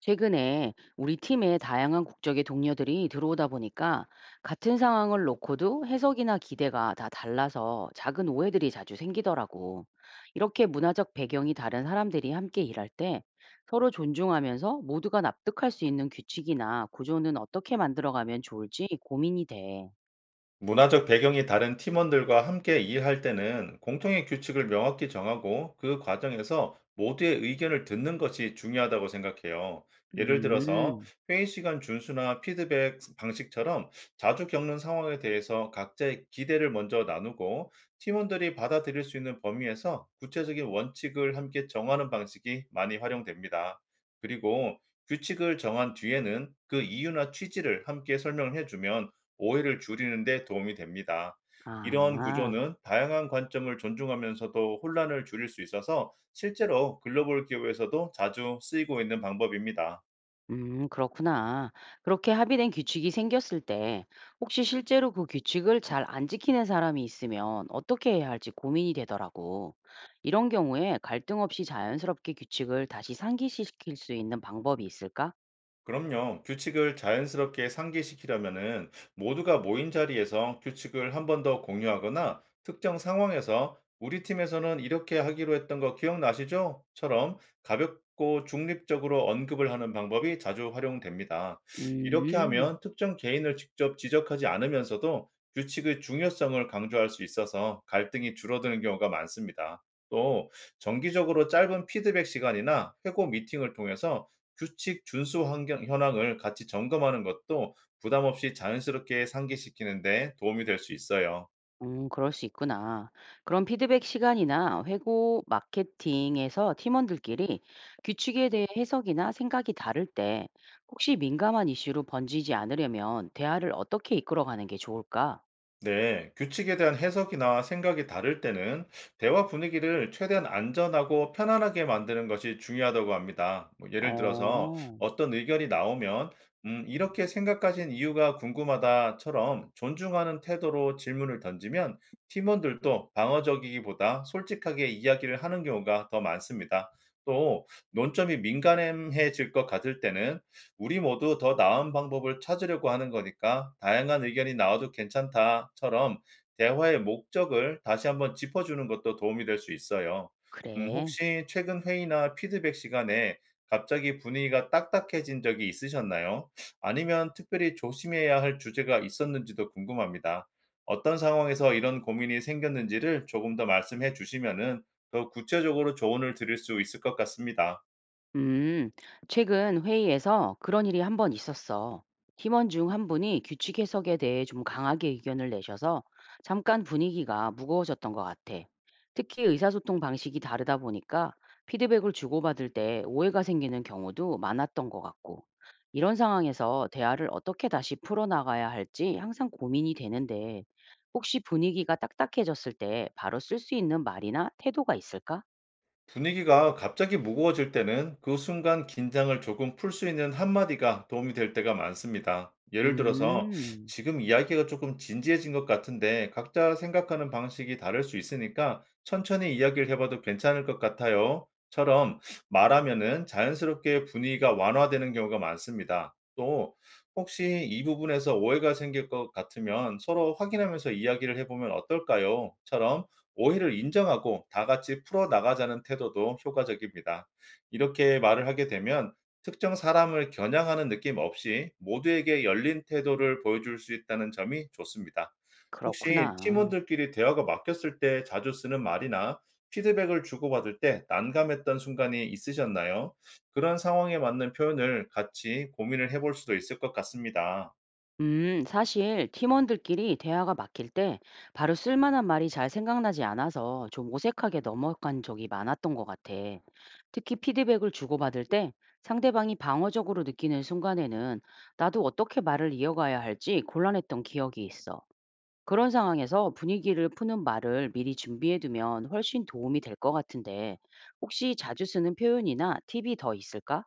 최근에 우리 팀에 다양한 국적의 동료들이 들어오다 보니까 같은 상황을 놓고도 해석이나 기대가 다 달라서 작은 오해들이 자주 생기더라고. 이렇게 문화적 배경이 다른 사람들이 함께 일할 때 서로 존중하면서 모두가 납득할 수 있는 규칙이나 구조는 어떻게 만들어가면 좋을지 고민이 돼. 문화적 배경이 다른 팀원들과 함께 일할 때는 공통의 규칙을 명확히 정하고 그 과정에서 모두의 의견을 듣는 것이 중요하다고 생각해요. 예를 들어서 음, 회의 시간 준수나 피드백 방식처럼 자주 겪는 상황에 대해서 각자의 기대를 먼저 나누고 팀원들이 받아들일 수 있는 범위에서 구체적인 원칙을 함께 정하는 방식이 많이 활용됩니다. 그리고 규칙을 정한 뒤에는 그 이유나 취지를 함께 설명을 해주면 오해를 줄이는 데 도움이 됩니다. 이런 아. 구조는 다양한 관점을 존중하면서도 혼란을 줄일 수 있어서 실제로 글로벌 기업에서도 자주 쓰이고 있는 방법입니다. 그렇구나. 그렇게 합의된 규칙이 생겼을 때 혹시 실제로 그 규칙을 잘 안 지키는 사람이 있으면 어떻게 해야 할지 고민이 되더라고. 이런 경우에 갈등 없이 자연스럽게 규칙을 다시 상기시킬 수 있는 방법이 있을까? 그럼요. 규칙을 자연스럽게 상기시키려면은 모두가 모인 자리에서 규칙을 1번 더 공유하거나 특정 상황에서 우리 팀에서는 이렇게 하기로 했던 거 기억나시죠? 처럼 가볍고 중립적으로 언급을 하는 방법이 자주 활용됩니다. 이렇게 음. 하면 특정 개인을 직접 지적하지 않으면서도 규칙의 중요성을 강조할 수 있어서 갈등이 줄어드는 경우가 많습니다. 또 정기적으로 짧은 피드백 시간이나 회고 미팅을 통해서 규칙 준수 환경 현황을 같이 점검하는 것도 부담 없이 자연스럽게 상기시키는 데 도움이 될 수 있어요. 그럴 수 있구나. 그럼 피드백 시간이나 회고 마케팅에서 팀원들끼리 규칙에 대해 해석이나 생각이 다를 때 혹시 민감한 이슈로 번지지 않으려면 대화를 어떻게 이끌어가는 게 좋을까? 네, 규칙에 대한 해석이나 생각이 다를 때는 대화 분위기를 최대한 안전하고 편안하게 만드는 것이 중요하다고 합니다. 뭐 예를 들어서 어, 어떤 의견이 나오면, 이렇게 생각하신 이유가 궁금하다처럼 존중하는 태도로 질문을 던지면 팀원들도 방어적이기보다 솔직하게 이야기를 하는 경우가 더 많습니다. 또, 논점이 민감해질 것 같을 때는 우리 모두 더 나은 방법을 찾으려고 하는 거니까 다양한 의견이 나와도 괜찮다처럼 대화의 목적을 다시 한번 짚어주는 것도 도움이 될 수 있어요. 그래. 혹시 최근 회의나 피드백 시간에 갑자기 분위기가 딱딱해진 적이 있으셨나요? 아니면 특별히 조심해야 할 주제가 있었는지도 궁금합니다. 어떤 상황에서 이런 고민이 생겼는지를 조금 더 말씀해 주시면은 더 구체적으로 조언을 드릴 수 있을 것 같습니다. 음, 최근 회의에서 그런 일이 한 번 있었어. 팀원 중 한 분이 규칙 해석에 대해 좀 강하게 의견을 내셔서 잠깐 분위기가 무거워졌던 것 같아. 특히 의사소통 방식이 다르다 보니까 피드백을 주고받을 때 오해가 생기는 경우도 많았던 것 같고, 이런 상황에서 대화를 어떻게 다시 풀어나가야 할지 항상 고민이 되는데, 혹시 분위기가 딱딱해졌을 때 바로 쓸 수 있는 말이나 태도가 있을까? 분위기가 갑자기 무거워질 때는 그 순간 긴장을 조금 풀 수 있는 한마디가 도움이 될 때가 많습니다. 예를 들어서 음, 지금 이야기가 조금 진지해진 것 같은데 각자 생각하는 방식이 다를 수 있으니까 천천히 이야기를 해봐도 괜찮을 것 같아요. 처럼 말하면은 자연스럽게 분위기가 완화되는 경우가 많습니다. 또 혹시 이 부분에서 오해가 생길 것 같으면 서로 확인하면서 이야기를 해보면 어떨까요? 처럼 오해를 인정하고 다 같이 풀어나가자는 태도도 효과적입니다. 이렇게 말을 하게 되면 특정 사람을 겨냥하는 느낌 없이 모두에게 열린 태도를 보여줄 수 있다는 점이 좋습니다. 혹시 그렇구나. 팀원들끼리 대화가 막혔을 때 자주 쓰는 말이나 피드백을 주고받을 때 난감했던 순간이 있으셨나요? 그런 상황에 맞는 표현을 같이 고민을 해볼 수도 있을 것 같습니다. 사실 팀원들끼리 대화가 막힐 때 바로 쓸만한 말이 잘 생각나지 않아서 좀 어색하게 넘어간 적이 많았던 것 같아. 특히 피드백을 주고받을 때 상대방이 방어적으로 느끼는 순간에는 나도 어떻게 말을 이어가야 할지 곤란했던 기억이 있어. 그런 상황에서 분위기를 푸는 말을 미리 준비해 두면 훨씬 도움이 될 것 같은데, 혹시 자주 쓰는 표현이나 팁이 더 있을까?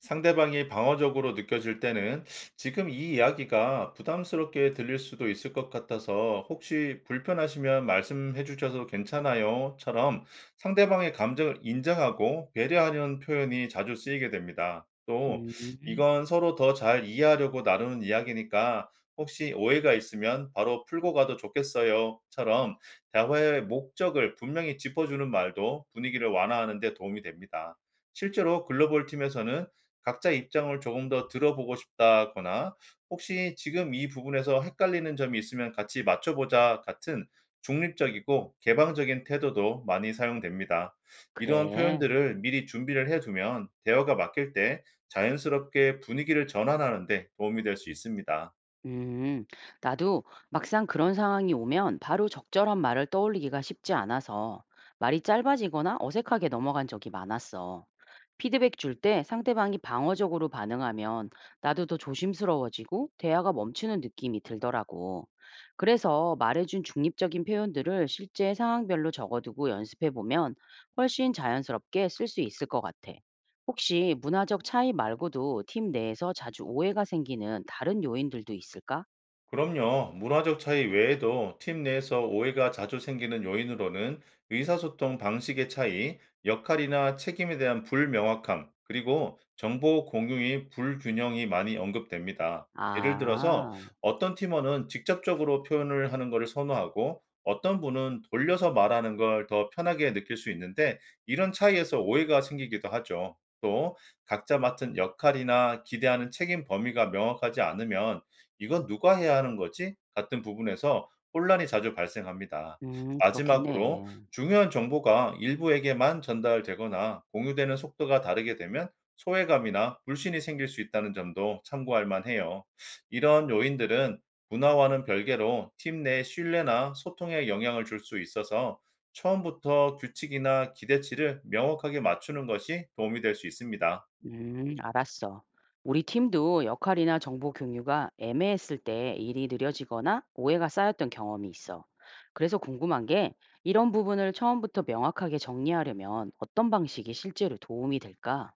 상대방이 방어적으로 느껴질 때는 지금 이 이야기가 부담스럽게 들릴 수도 있을 것 같아서 혹시 불편하시면 말씀해 주셔도 괜찮아요?처럼 상대방의 감정을 인정하고 배려하는 표현이 자주 쓰이게 됩니다. 또 음, 이건 서로 더 잘 이해하려고 나누는 이야기니까 혹시 오해가 있으면 바로 풀고 가도 좋겠어요.처럼 대화의 목적을 분명히 짚어주는 말도 분위기를 완화하는 데 도움이 됩니다. 실제로 글로벌 팀에서는 각자 입장을 조금 더 들어보고 싶다거나 혹시 "지금 이 부분에서 헷갈리는 점이 있으면 같이 맞춰 보자." 같은 중립적이고 개방적인 태도도 많이 사용됩니다. 이런 그래. 표현들을 미리 준비를 해 두면 대화가 막힐 때 자연스럽게 분위기를 전환하는 데 도움이 될 수 있습니다. 음, 나도 막상 그런 상황이 오면 바로 적절한 말을 떠올리기가 쉽지 않아서 말이 짧아지거나 어색하게 넘어간 적이 많았어. 피드백 줄 때 상대방이 방어적으로 반응하면 나도 더 조심스러워지고 대화가 멈추는 느낌이 들더라고. 그래서 말해준 중립적인 표현들을 실제 상황별로 적어두고 연습해 보면 훨씬 자연스럽게 쓸 수 있을 것 같아. 혹시 문화적 차이 말고도 팀 내에서 자주 오해가 생기는 다른 요인들도 있을까? 그럼요. 문화적 차이 외에도 팀 내에서 오해가 자주 생기는 요인으로는 의사소통 방식의 차이, 역할이나 책임에 대한 불명확함, 그리고 정보 공유의 불균형이 많이 언급됩니다. 예를 들어서 아, 어떤 팀원은 직접적으로 표현을 하는 것을 선호하고 어떤 분은 돌려서 말하는 걸 더 편하게 느낄 수 있는데 이런 차이에서 오해가 생기기도 하죠. 또 각자 맡은 역할이나 기대하는 책임 범위가 명확하지 않으면 '이건 누가 해야 하는 거지?' 같은 부분에서 혼란이 자주 발생합니다. 마지막으로 그렇겠네. 중요한 정보가 일부에게만 전달되거나 공유되는 속도가 다르게 되면 소외감이나 불신이 생길 수 있다는 점도 참고할 만해요. 이런 요인들은 문화와는 별개로 팀 내 신뢰나 소통에 영향을 줄 수 있어서 처음부터 규칙이나 기대치를 명확하게 맞추는 것이 도움이 될 수 있습니다. 알았어. 우리 팀도 역할이나 정보 공유가 애매했을 때 일이 느려지거나 오해가 쌓였던 경험이 있어. 그래서 궁금한 게 이런 부분을 처음부터 명확하게 정리하려면 어떤 방식이 실제로 도움이 될까?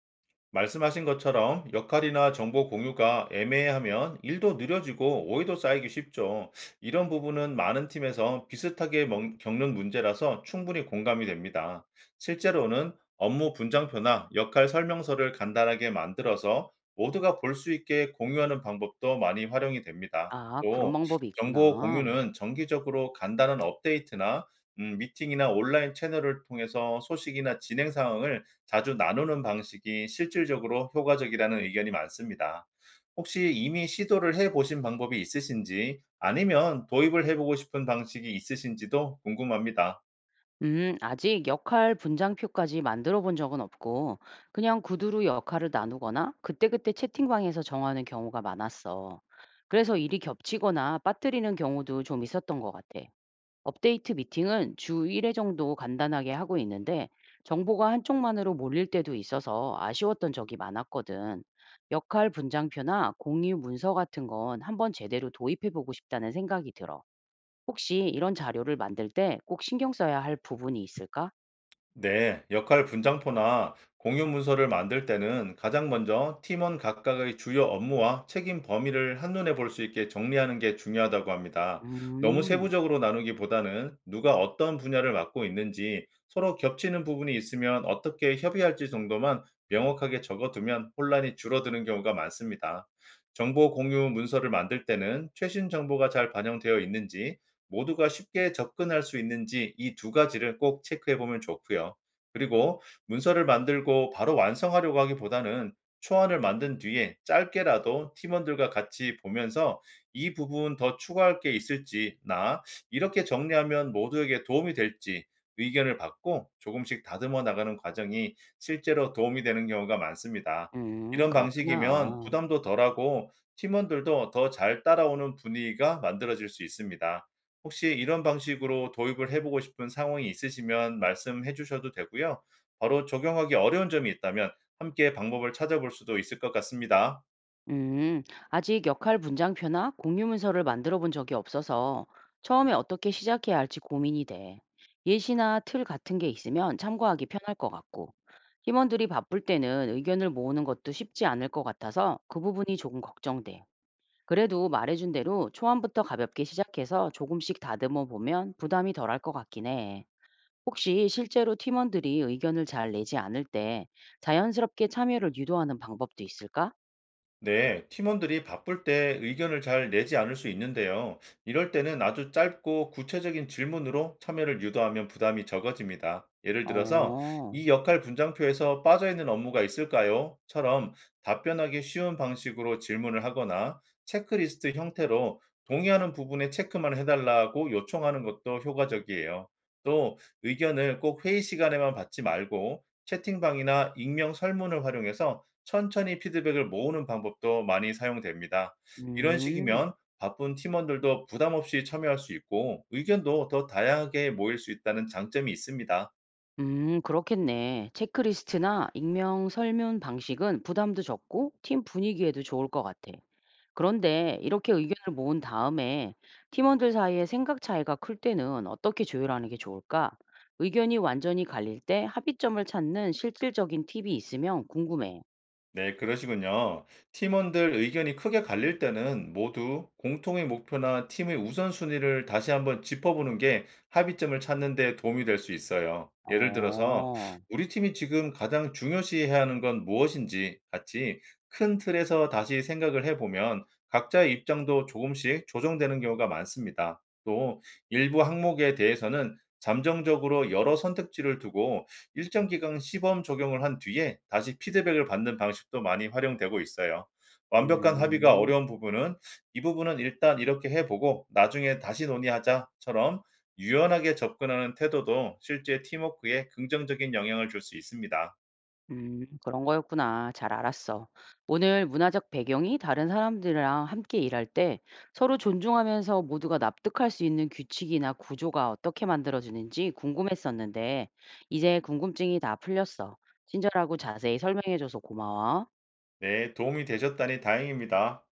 말씀하신 것처럼 역할이나 정보 공유가 애매하면 일도 느려지고 오해도 쌓이기 쉽죠. 이런 부분은 많은 팀에서 비슷하게 겪는 문제라서 충분히 공감이 됩니다. 실제로는 업무 분장표나 역할 설명서를 간단하게 만들어서 모두가 볼 수 있게 공유하는 방법도 많이 활용이 됩니다. 아, 그런 또 방법이 정보 있구나. 공유는 정기적으로 간단한 업데이트나 미팅이나 온라인 채널을 통해서 소식이나 진행 상황을 자주 나누는 방식이 실질적으로 효과적이라는 의견이 많습니다. 혹시 이미 시도를 해 보신 방법이 있으신지 아니면 도입을 해 보고 싶은 방식이 있으신지도 궁금합니다. 아직 역할 분장표까지 만들어 본 적은 없고, 그냥 구두로 역할을 나누거나 그때그때 채팅방에서 정하는 경우가 많았어. 그래서 일이 겹치거나 빠뜨리는 경우도 좀 있었던 것 같아. 업데이트 미팅은 주 1회 정도 간단하게 하고 있는데, 정보가 한쪽만으로 몰릴 때도 있어서 아쉬웠던 적이 많았거든. 역할 분장표나 공유 문서 같은 건 한번 제대로 도입해 보고 싶다는 생각이 들어. 혹시 이런 자료를 만들 때 꼭 신경 써야 할 부분이 있을까? 네, 역할 분장포나 공유 문서를 만들 때는 가장 먼저 팀원 각각의 주요 업무와 책임 범위를 한눈에 볼 수 있게 정리하는 게 중요하다고 합니다. 너무 음. 세부적으로 나누기보다는 누가 어떤 분야를 맡고 있는지 서로 겹치는 부분이 있으면 어떻게 협의할지 정도만 명확하게 적어두면 혼란이 줄어드는 경우가 많습니다. 정보 공유 문서를 만들 때는 최신 정보가 잘 반영되어 있는지 모두가 쉽게 접근할 수 있는지 이 두 가지를 꼭 체크해 보면 좋고요. 그리고 문서를 만들고 바로 완성하려고 하기보다는 초안을 만든 뒤에 짧게라도 팀원들과 같이 보면서 "이 부분 더 추가할 게 있을지." "나 이렇게 정리하면 모두에게 도움이 될지." 의견을 받고 조금씩 다듬어 나가는 과정이 실제로 도움이 되는 경우가 많습니다. 이런 방식이면 그렇구나. 부담도 덜하고 팀원들도 더 잘 따라오는 분위기가 만들어질 수 있습니다. 혹시 이런 방식으로 도입을 해 보고 싶은 상황이 있으시면 말씀해 주셔도 되고요. 바로 적용하기 어려운 점이 있다면 함께 방법을 찾아볼 수도 있을 것 같습니다. 음. 아직 역할 분장표나 공유 문서를 만들어 본 적이 없어서 처음에 어떻게 시작해야 할지 고민이 돼. 예시나 틀 같은 게 있으면 참고하기 편할 것 같고, 팀원들이 바쁠 때는 의견을 모으는 것도 쉽지 않을 것 같아서 그 부분이 조금 걱정돼. 그래도 말해준 대로 초안부터 가볍게 시작해서 조금씩 다듬어 보면 부담이 덜할 것 같긴 해. 혹시 실제로 팀원들이 의견을 잘 내지 않을 때 자연스럽게 참여를 유도하는 방법도 있을까? 네, 팀원들이 바쁠 때 의견을 잘 내지 않을 수 있는데요. 이럴 때는 아주 짧고 구체적인 질문으로 참여를 유도하면 부담이 적어집니다. 예를 들어서, 어, 이 역할 분장표에서 빠져있는 업무가 있을까요? 처럼 답변하기 쉬운 방식으로 질문을 하거나 체크리스트 형태로 동의하는 부분에 체크만 해달라고 요청하는 것도 효과적이에요. 또 의견을 꼭 회의 시간에만 받지 말고 채팅방이나 익명 설문을 활용해서 천천히 피드백을 모으는 방법도 많이 사용됩니다. 이런 음, 식이면 바쁜 팀원들도 부담 없이 참여할 수 있고 의견도 더 다양하게 모일 수 있다는 장점이 있습니다. 그렇겠네. 체크리스트나 익명 설문 방식은 부담도 적고 팀 분위기에도 좋을 것 같아. 그런데 이렇게 의견을 모은 다음에 팀원들 사이에 생각 차이가 클 때는 어떻게 조율하는 게 좋을까? 의견이 완전히 갈릴 때 합의점을 찾는 실질적인 팁이 있으면 궁금해. 네, 그러시군요. 팀원들 의견이 크게 갈릴 때는 모두 공통의 목표나 팀의 우선순위를 다시 한번 짚어보는 게 합의점을 찾는 데 도움이 될 수 있어요. 예를 들어서, 어, 우리 팀이 지금 가장 중요시해야 하는 건 무엇인지 같이 큰 틀에서 다시 생각을 해보면 각자의 입장도 조금씩 조정되는 경우가 많습니다. 또, 일부 항목에 대해서는 잠정적으로 여러 선택지를 두고 일정 기간 시범 적용을 한 뒤에 다시 피드백을 받는 방식도 많이 활용되고 있어요. 완벽한 합의가 음. 어려운 부분은 "이 부분은 일단 이렇게 해 보고 나중에 다시 논의하자."처럼 유연하게 접근하는 태도도 실제 팀워크에 긍정적인 영향을 줄 수 있습니다. 그런 거였구나. 잘 알았어. 오늘 문화적 배경이 다른 사람들이랑 함께 일할 때 서로 존중하면서 모두가 납득할 수 있는 규칙이나 구조가 어떻게 만들어지는지 궁금했었는데, 이제 궁금증이 다 풀렸어. 친절하고 자세히 설명해줘서 고마워. 네, 도움이 되셨다니 다행입니다.